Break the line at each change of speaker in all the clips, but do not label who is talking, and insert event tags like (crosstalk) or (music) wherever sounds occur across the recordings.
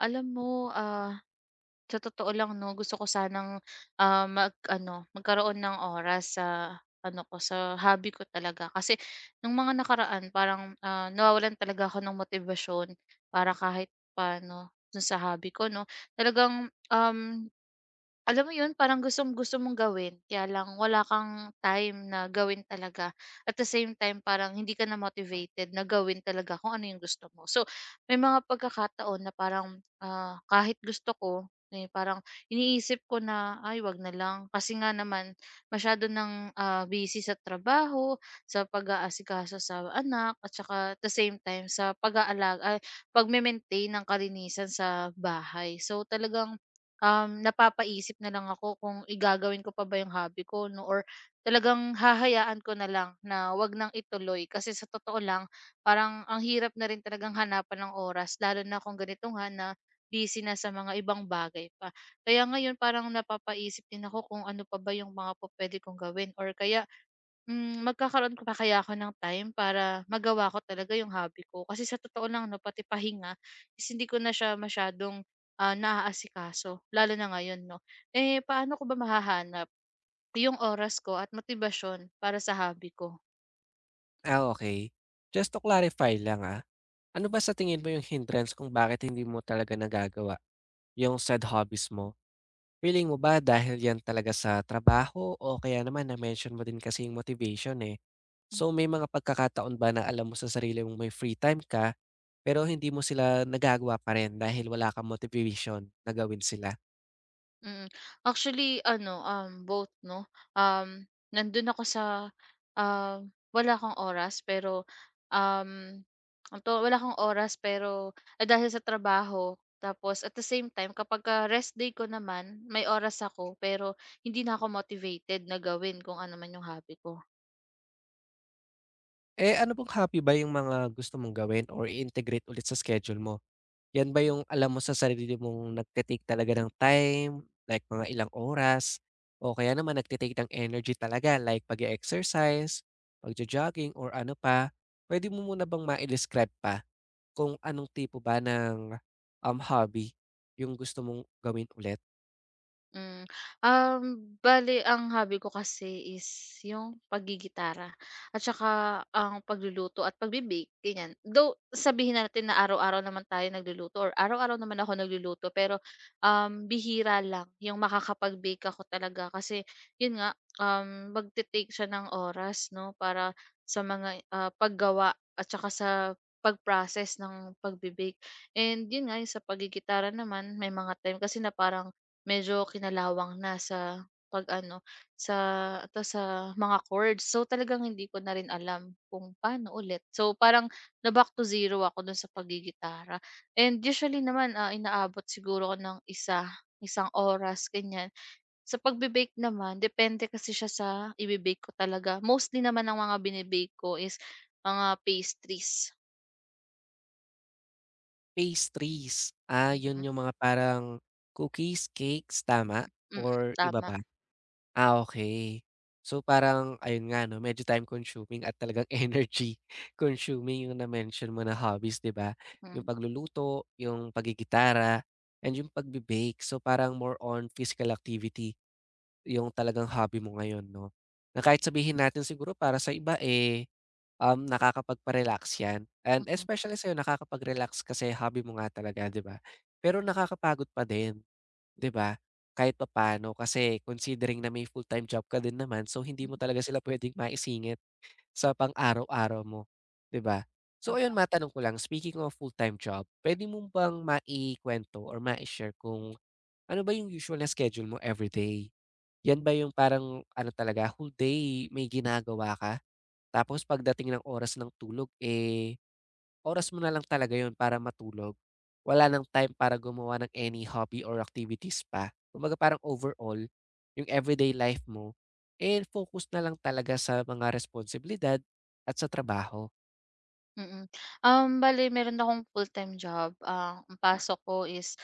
Alam mo, sa totoo lang 'no, gusto ko sanang, mag-ano, magkaroon ng oras sa ano ko, sa hobby ko talaga. Kasi nung mga nakaraan parang, nawawalan talaga ako ng motibasyon para kahit paano dun sa hobby ko 'no. Talagang, alam mo 'yun, parang gustong-gusto mong gawin, kaya lang wala kang time na gawin talaga. At the same time, parang hindi ka na motivated na gawin talaga kung ano 'yung gusto mo. So, may mga pagkakataon na parang, kahit gusto ko, eh, parang iniisip ko na, "Ay, 'wag na lang." Kasi nga naman masyado ng, busy sa trabaho, sa pag-aasikaso sa anak, at saka at the same time sa pag-aalaga ay pagme-maintain ng kalinisan sa bahay. So, talagang, napapaisip na lang ako kung igagawin ko pa ba yung hobby ko, no? Or talagang hahayaan ko na lang na wag nang ituloy. Kasi sa totoo lang, parang ang hirap na rin talagang hanapan ng oras, lalo na kung ganito nga na busy na sa mga ibang bagay pa. Kaya ngayon parang napapaisip din ako kung ano pa ba yung mga po pwede kong gawin or kaya magkakaroon ko pa kaya ako ng time para magawa ko talaga yung hobby ko? Kasi sa totoo lang 'no, pati pahinga is hindi ko na siya masyadong, naaasikaso lalo na ngayon 'no. Eh, paano ko ba mahahanap yung oras ko at motibasyon para sa hobby ko?
Ah, okey. Just to clarify lang, ano ba sa tingin mo yung hindrance kung bakit hindi mo talaga nagagawa yung said hobbies mo? Feeling mo ba dahil yan talaga sa trabaho o kaya naman na-mention mo din kasi yung motivation, eh. So, may mga pagkakataon ba na alam mo sa sarili mong may free time ka, pero hindi mo sila nagagawa pa rin dahil wala kang motivation na gawin sila?
Mm. Actually ano, both 'no, um, nandun ako ah, wala akong oras pero, um, ano 'to, wala akong oras pero, dahil sa trabaho tapos at the same time kapagka rest day ko naman may oras ako pero hindi na ako motivated na gawin kung ano man yung hobby ko.
Eh, ano pong happy ba yung mga gusto mong gawin or integrate ulit sa schedule mo? Yan ba yung alam mo sa sarili mong nagte-take talaga ng time, like mga ilang oras o kaya naman nagte-take ng energy talaga like pag exercise pag jogging or ano pa? Puwede mo muna bang ma describe pa kung anong tipo ba ng, hobby yung gusto mong gawin ulit?
Hmm, um, Bali ang hobby ko kasi is yung paggigitara at saka ang pagluluto at pagbe-bake, ganyan. Though sabihin natin na araw-araw naman tayo nagluluto or araw-araw naman ako nagluluto pero, bihira lang yung makakapag-bake ako talaga kasi yun nga, magte-take siya ng oras 'no, para sa mga, paggawa at saka sa pag-process ng pagbe-bake. And yun nga, yung sa paggigitara naman may mga time kasi na parang medyo kinalawang na sa pag-ano, sa 'to sa mga chords. So, talagang hindi ko na rin alam kung paano ulit. So, parang na back to zero ako dun sa pagigitara. And usually naman, inaabot siguro ako ng isang oras ganyan. Sa pagbe-bake naman depende kasi siya sa ibe-bake ko talaga. Mostly naman ang mga bine ko is mga pastries.
Pastries, ah, yun
Mhm.
yung mga parang cookies, cakes, tama
Mm.
or iba
Tama.
ba? Ah, okey. So, parang ayun nga 'no, medyo time consuming at talagang (laughs) energy consuming yung na-mention mo na hobbies, 'di ba? Yung
Hmm.
pagluluto, yung paggigitara, and yung pagbe-bake. So, parang more on physical activity yung talagang hobby mo ngayon 'no? Na kahit sabihin natin siguro para sa iba, eh, nakakapagpa-relax 'yan and
Mm.
especially sa'yo nakakapag-relax kasi hobby mo nga talaga, 'di ba? Pero nakakapagod pa din. 'Di ba? Kahit papaano kasi considering na may full-time job ka din naman so hindi mo talaga sila puwedeng maisingit sa pang-araw-araw mo, 'di ba? So ayun matanong ko lang, speaking of full-time job, puwede mo bang maikuwento or mai-share kung ano ba yung usual na schedule mo everyday? Yan ba yung parang ano talaga whole day may ginagawa ka tapos pagdating ng oras ng tulog, eh oras mo na lang talaga 'yun para matulog. Wala ng time para gumawa ng any hobby or activities pa. Kumbaga parang overall, yung everyday life mo, eh, focus na lang talaga sa mga responsibilidad at sa trabaho.
Mm. Bale meron akong full-time job, ang pasok ko is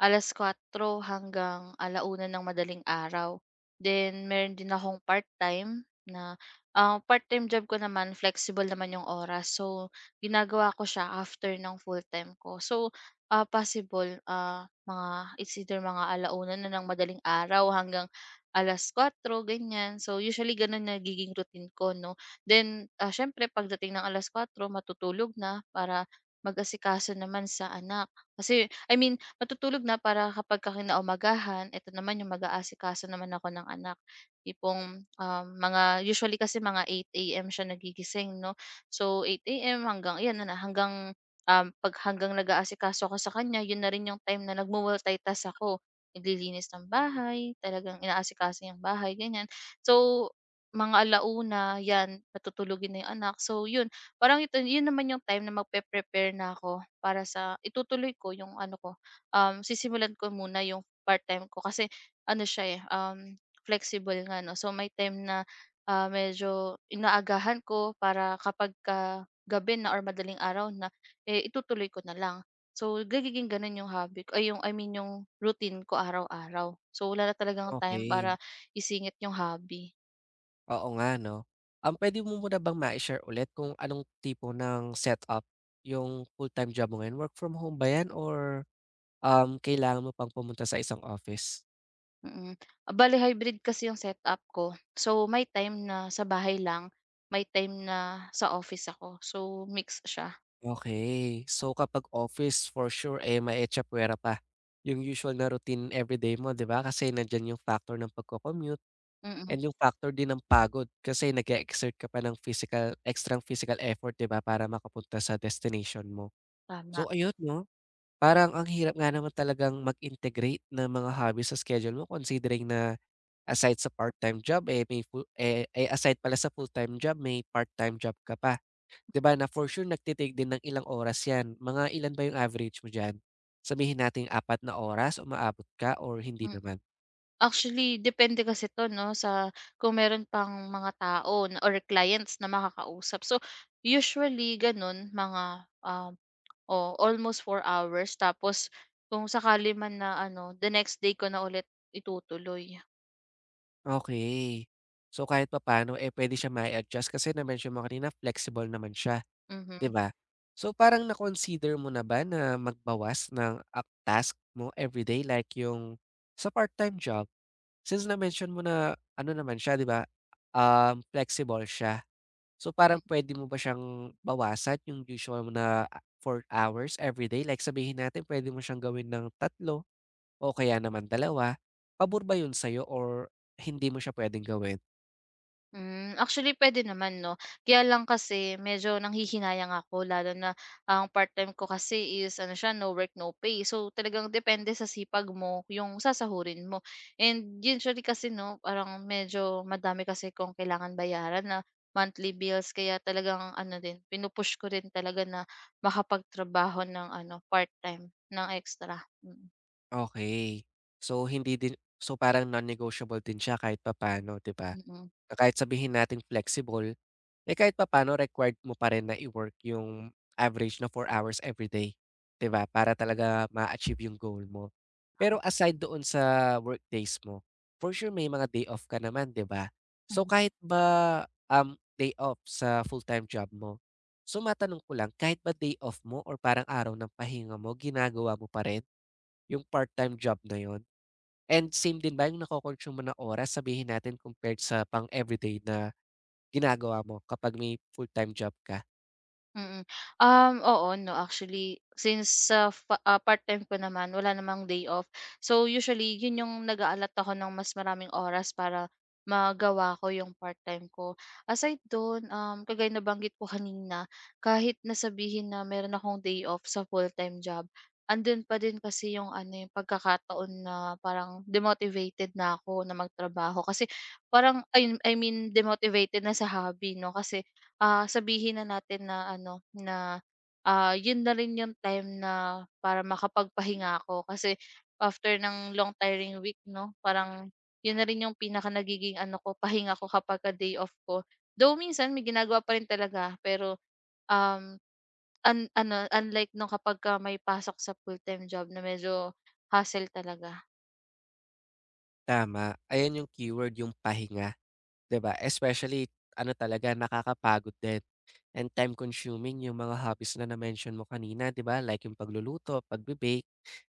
4:00 hanggang 1:00 ng madaling araw. Then meron din akong part-time na ang part-time job ko naman flexible naman yung oras. So, ginagawa ko siya after ng full-time ko. So, possible, mga it's either mga 1:00 na ng madaling araw hanggang 4:00 ganyan. So, usually gano'n nagiging routine ko 'no. Then, siyempre pagdating ng 4:00 matutulog na para mag-asikaso naman sa anak. Kasi I mean matutulog na para kapagka kinaumagahan, eto naman yung mag-aasikaso naman ako ng anak. Tipong, mga usually kasi mga 8 AM siya nagigising 'no. So 8 AM hanggang ayan na na, hanggang, um, 'pag hanggang nag-aasikaso ako sa kanya yun na rin yung time na nagmu-multitask ako. Naglilinis ng bahay, talagang inaasikaso yung bahay, ganyan. So mga alauna, 'yan patutulugin na 'yung anak. So 'yun, parang ito 'yun naman 'yung time na magpe-prepare na ako para sa itutuloy ko 'yung ano ko, sisimulan ko muna 'yung part-time ko kasi ano siya, eh, flexible nga 'no. So may time na, medyo inaagahan ko para kapag ka gabi na or madaling araw na, eh, itutuloy ko na lang. So nagiging gano'n 'yung hobby ko ay 'yung I mean 'yung routine ko araw-araw. So wala na talagang time
Okay.
para isingit 'yung hobby.
Oo nga 'no. Pwede mo muna bang mai-share ulit kung anong tipo ng setup yung full-time job mo ngayon? Work from home ba 'yan or, kailangan mo pang pumunta sa isang office?
Mm. Bale hybrid kasi yung setup ko. So, may time na sa bahay lang, may time na sa office ako. So, mix siya.
Okay, so, kapag office for sure, eh, maetsapuwera pa yung usual na routine everyday mo, 'di ba? Kasi nandiyan yung factor ng pagco-commute
Mm.
and yung factor din ng pagod kasi nag exert ka pa ng physical extrang physical effort, 'di ba, para makapunta sa destination mo.
Tama.
So, ayun 'no, parang ang hirap nga naman talagang mag-integrate ng mga hobby sa schedule mo considering na aside sa part-time job, eh, may full eh eh, aside pala sa full-time job, may part-time job ka pa. 'Di ba na for sure nagte din ng ilang oras 'yan, mga ilan ba yung average mo diyan? Sabihin nating 4 na oras umaabot ka or hindi
Mm.
naman?
Actually, depende kasi 'to 'no, sa kung meron pang mga tao na or clients na makakausap. So, usually gano'n mga, oh, almost four hours tapos kung sakali man na ano, the next day ko na ulit itutuloy.
Okey. So, kahit papaano, eh, puwede siya mai-adjust kasi na-mention mo kanina flexible naman siya, 'di
Mhm.
ba? So, parang na-consider mo na ba na magbawas ng, task mo everyday like yung sa part-time job? Since na-mention mo na ano naman siya 'di ba, flexible siya. So, parang puwede mo ba siyang bawasan yung usual mo na a 4 hours every day. Like sabihin natin puwede mo siyang gawin ng tatlo o kaya naman dalawa. Pabor ba yun sa'yo or hindi mo siya pwedeng gawin?
Actually pwede naman 'no. Kaya lang kasi medyo nanghihinayang ako lalo na ang part-time ko kasi is ano siya, no work, no pay. So, talagang depende sa sipag mo yung sasahurin mo. And usually kasi 'no, parang medyo madami kasi kong kailangan bayaran na monthly bills kaya talagang ano din, pinu-push ko rin talaga na makapagtrabaho ng ano, part-time, ng extra. Mm.
Okey. So, hindi din so parang non-negotiable din siya kahit papaano, 'di ba?
Mm.
Na kahit sabihin nating flexible, eh, kahit papaano required mo pa rin na i-work yung average na 4 hours everyday, 'di ba? Para talaga ma-achieve yung goal mo. Pero
Tama.
aside doon sa workdays mo, for sure may mga day off ka naman, 'di ba? So, kahit ba, day off sa full-time job mo, so matanong ko lang, kahit ba day off mo or parang araw ng pahinga mo, ginagawa mo pa rin? Yung part-time job na yon. And same din ba yung nako mo na oras sabihin natin compared sa pang-everyday na ginagawa mo kapag may full-time job ka?
Mm. Oo 'no, actually since part-time ko naman wala namang day off. So usually yun yung nag a ako ng mas maraming oras para magawa ko yung part-time ko. Aside dun, kagaya nabanggit ko kanina, kahit nasabihin na meron akong day off sa full-time job, andun pa din kasi yung ano, yung pagkakataon na parang demotivated na ako na magtrabaho kasi parang I mean demotivated na sa hobby 'no, kasi sabihin na natin na ano, na, yun na rin yung time na para makapagpahinga ako. Kasi after ng long tiring week 'no, parang yun na rin yung pinaka nagiging ano ko, pahinga ko kapagka day off ko. Though minsan may ginagawa pa rin talaga, pero, um, un ano, unlike nung kapagka may pasok sa full-time job na medyo hassle talaga.
Tama, ayan yung keyword, yung pahinga, 'di ba? Especially ano talaga, nakakapagod din and time consuming yung mga hobbies na na-mention mo kanina, 'di ba? Like yung pagluluto, pagbe-bake.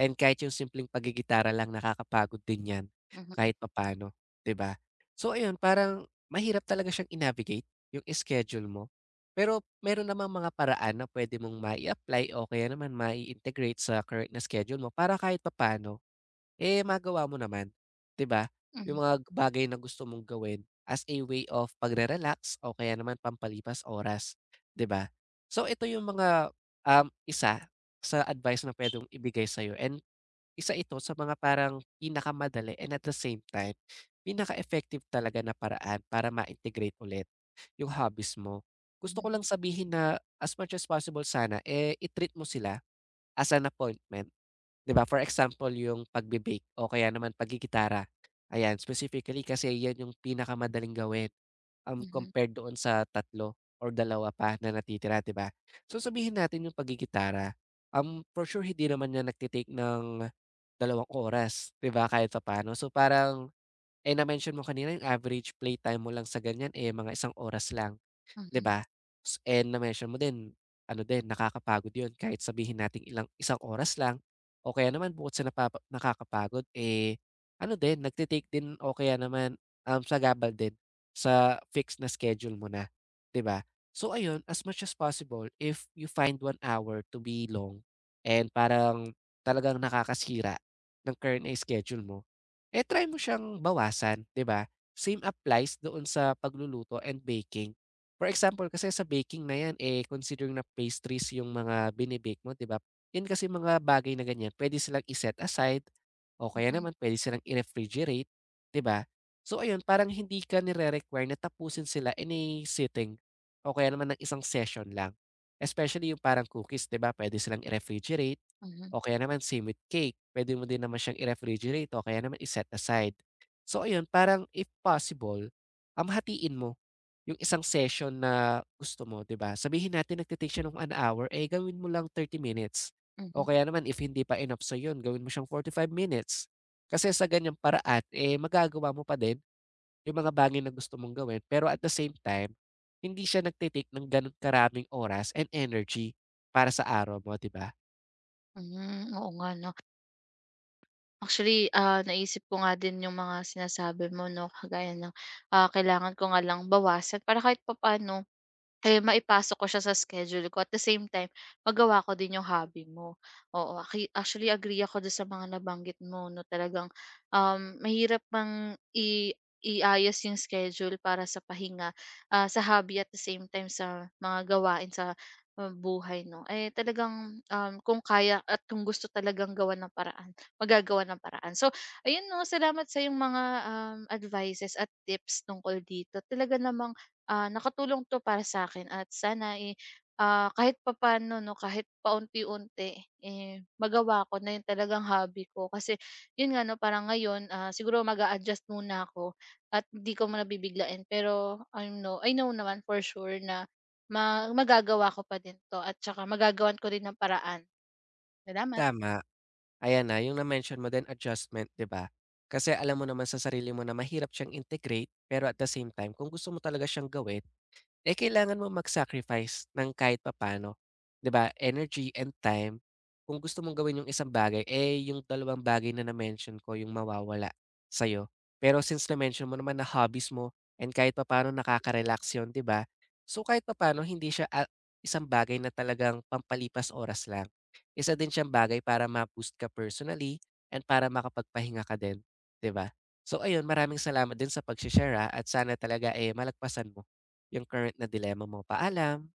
And kahit yung simpleng pagigitara lang nakakapagod din 'yan
Mhm,
kahit papaano, 'di ba? So ayun, parang mahirap talaga siyang i-navigate yung schedule mo. Pero meron namang mga paraan na pwede mong mai-apply o kaya naman mai-integrate sa current na schedule mo para kahit papaano, eh, magawa mo naman, 'di ba? Yung
mhm,
mga bagay na gusto mong gawin as a way of pagre-relax o kaya naman pampalipas oras, 'di ba? So ito yung mga, isa sa advice na puwedeng ibigay sa'yo and isa ito sa mga parang pinakamadali and at the same time, pinaka-effective talaga na paraan para ma-integrate ulit yung hobbies mo. Gusto
mhm,
ko lang sabihin na as much as possible sana, eh, i-treat mo sila as an appointment, 'di ba? For example, yung pagbe-bake o kaya naman pagigitara. Ayan, specifically kasi 'yan yung pinakamadaling gawin. Um,
mhm,
compared doon sa tatlo or dalawa pa na natitira, 'di ba? So, sabihin natin yung pagigitara, for sure hindi naman niya nagte ng 2 oras, 'di ba, kahit papaano. So, parang eh, na-mention mo kanina yung average playtime mo lang sa ganyan, eh, mga isang oras lang. 'Di
mhm,
ba? S and na-mention mo din, ano din, nakakapagod 'yun kahit sabihin natin ilang isang oras lang o kaya naman bukod sa nakakapagod, eh, ano din, nagte din o kaya naman, sagabal din sa fixed na schedule mo na, 'di ba? So ayun, as much as possible, if you find 1 hour to be long and parang talagang nakakasira ng current na schedule mo eh, try mo siyang bawasan, 'di ba? Same applies doon sa pagluluto and baking. For example, kasi sa baking na 'yan, eh, considering na pastries yung mga bine-bake mo, 'di ba? 'Yan kasi mga bagay na ganyan, puwede silang i-set aside o kaya
mhm,
naman pwede silang i-refrigerate, 'di ba? So ayun, parang hindi ka nire-require na tapusin sila in a sitting o kaya naman ng isang session lang. Especially yung parang cookies, 'di ba? Pwede silang i-refrigerate
mhm,
o kaya naman same with cake, puwede mo din naman siyang i-refrigerate o kaya naman i-set aside. So ayun, parang if possible, hatiin mo yung isang session na gusto mo, 'di ba? Sabihin natin nagte-take siya ng an hour, eh, gawin mo lang 30 minutes. O
mhm.
kaya naman if hindi pa enough sa'yo yun, gawin mo siyang 5 minutes. Kasi sa ganiyang paraan, eh, magagawa mo pa din yung mga bagay na gusto mong gawin, pero at the same time, hindi siya nagte-take ng gano'n karaming oras and energy para sa araw mo, 'di ba?
Oo nga 'no. Actually, naisip ko nga din yung mga sinasabi mo 'no, kagaya ng, kailangan ko nga lang bawasan para kahit papaano, eh, maipasok ko siya sa schedule ko at the same time magawa ko din yung hobby mo. Oo, actually agree ako dun sa mga nabanggit mo 'no, talagang, mahirap mang iayos yung schedule para sa pahinga, sa hobby at the same time sa mga gawain sa, buhay 'no. Eh, talagang, kung kaya at kung gusto talagang gawan ng paraan, magagawa ng paraan. So ayun 'no, salamat sa yung mga, advices at tips tungkol dito. Talaga namang nakatulong 'to para sa akin at sana, eh, kahit papaano 'no, kahit paunti-unti, eh, magawa ko na 'yung talagang hobby ko. Kasi 'yun nga 'no, parang ngayon, siguro mag adjust muna ako at hindi ko muna bibiglain. Pero I know naman for sure na magagawa ko pa din 'to at saka magagawan ko rin ng paraan. Salamat.
Tama. Ayan na, yung na-mention mo din adjustment, 'di ba? Kasi alam mo naman sa sarili mo na mahirap siyang integrate, pero at the same time kung gusto mo talaga siyang gawin, eh, kailangan mo mag-sacrifice ng kahit papaano, 'di ba, energy and time kung gusto mong gawin yung isang bagay, eh, yung dalawang bagay na na-mention ko yung mawawala sa'yo. Pero since na-mention mo naman na hobbies mo and kahit papaano nakaka-relax yun, 'di ba? So, kahit papaano hindi siya, isang bagay na talagang pampalipas oras lang. Isa din siyang bagay para ma-boost ka personally and para makapagpahinga ka din, 'di ba? So ayun, maraming salamat din sa pagshe-share, at sana talaga, eh, malagpasan mo yung current na dilemma mo. Paalam.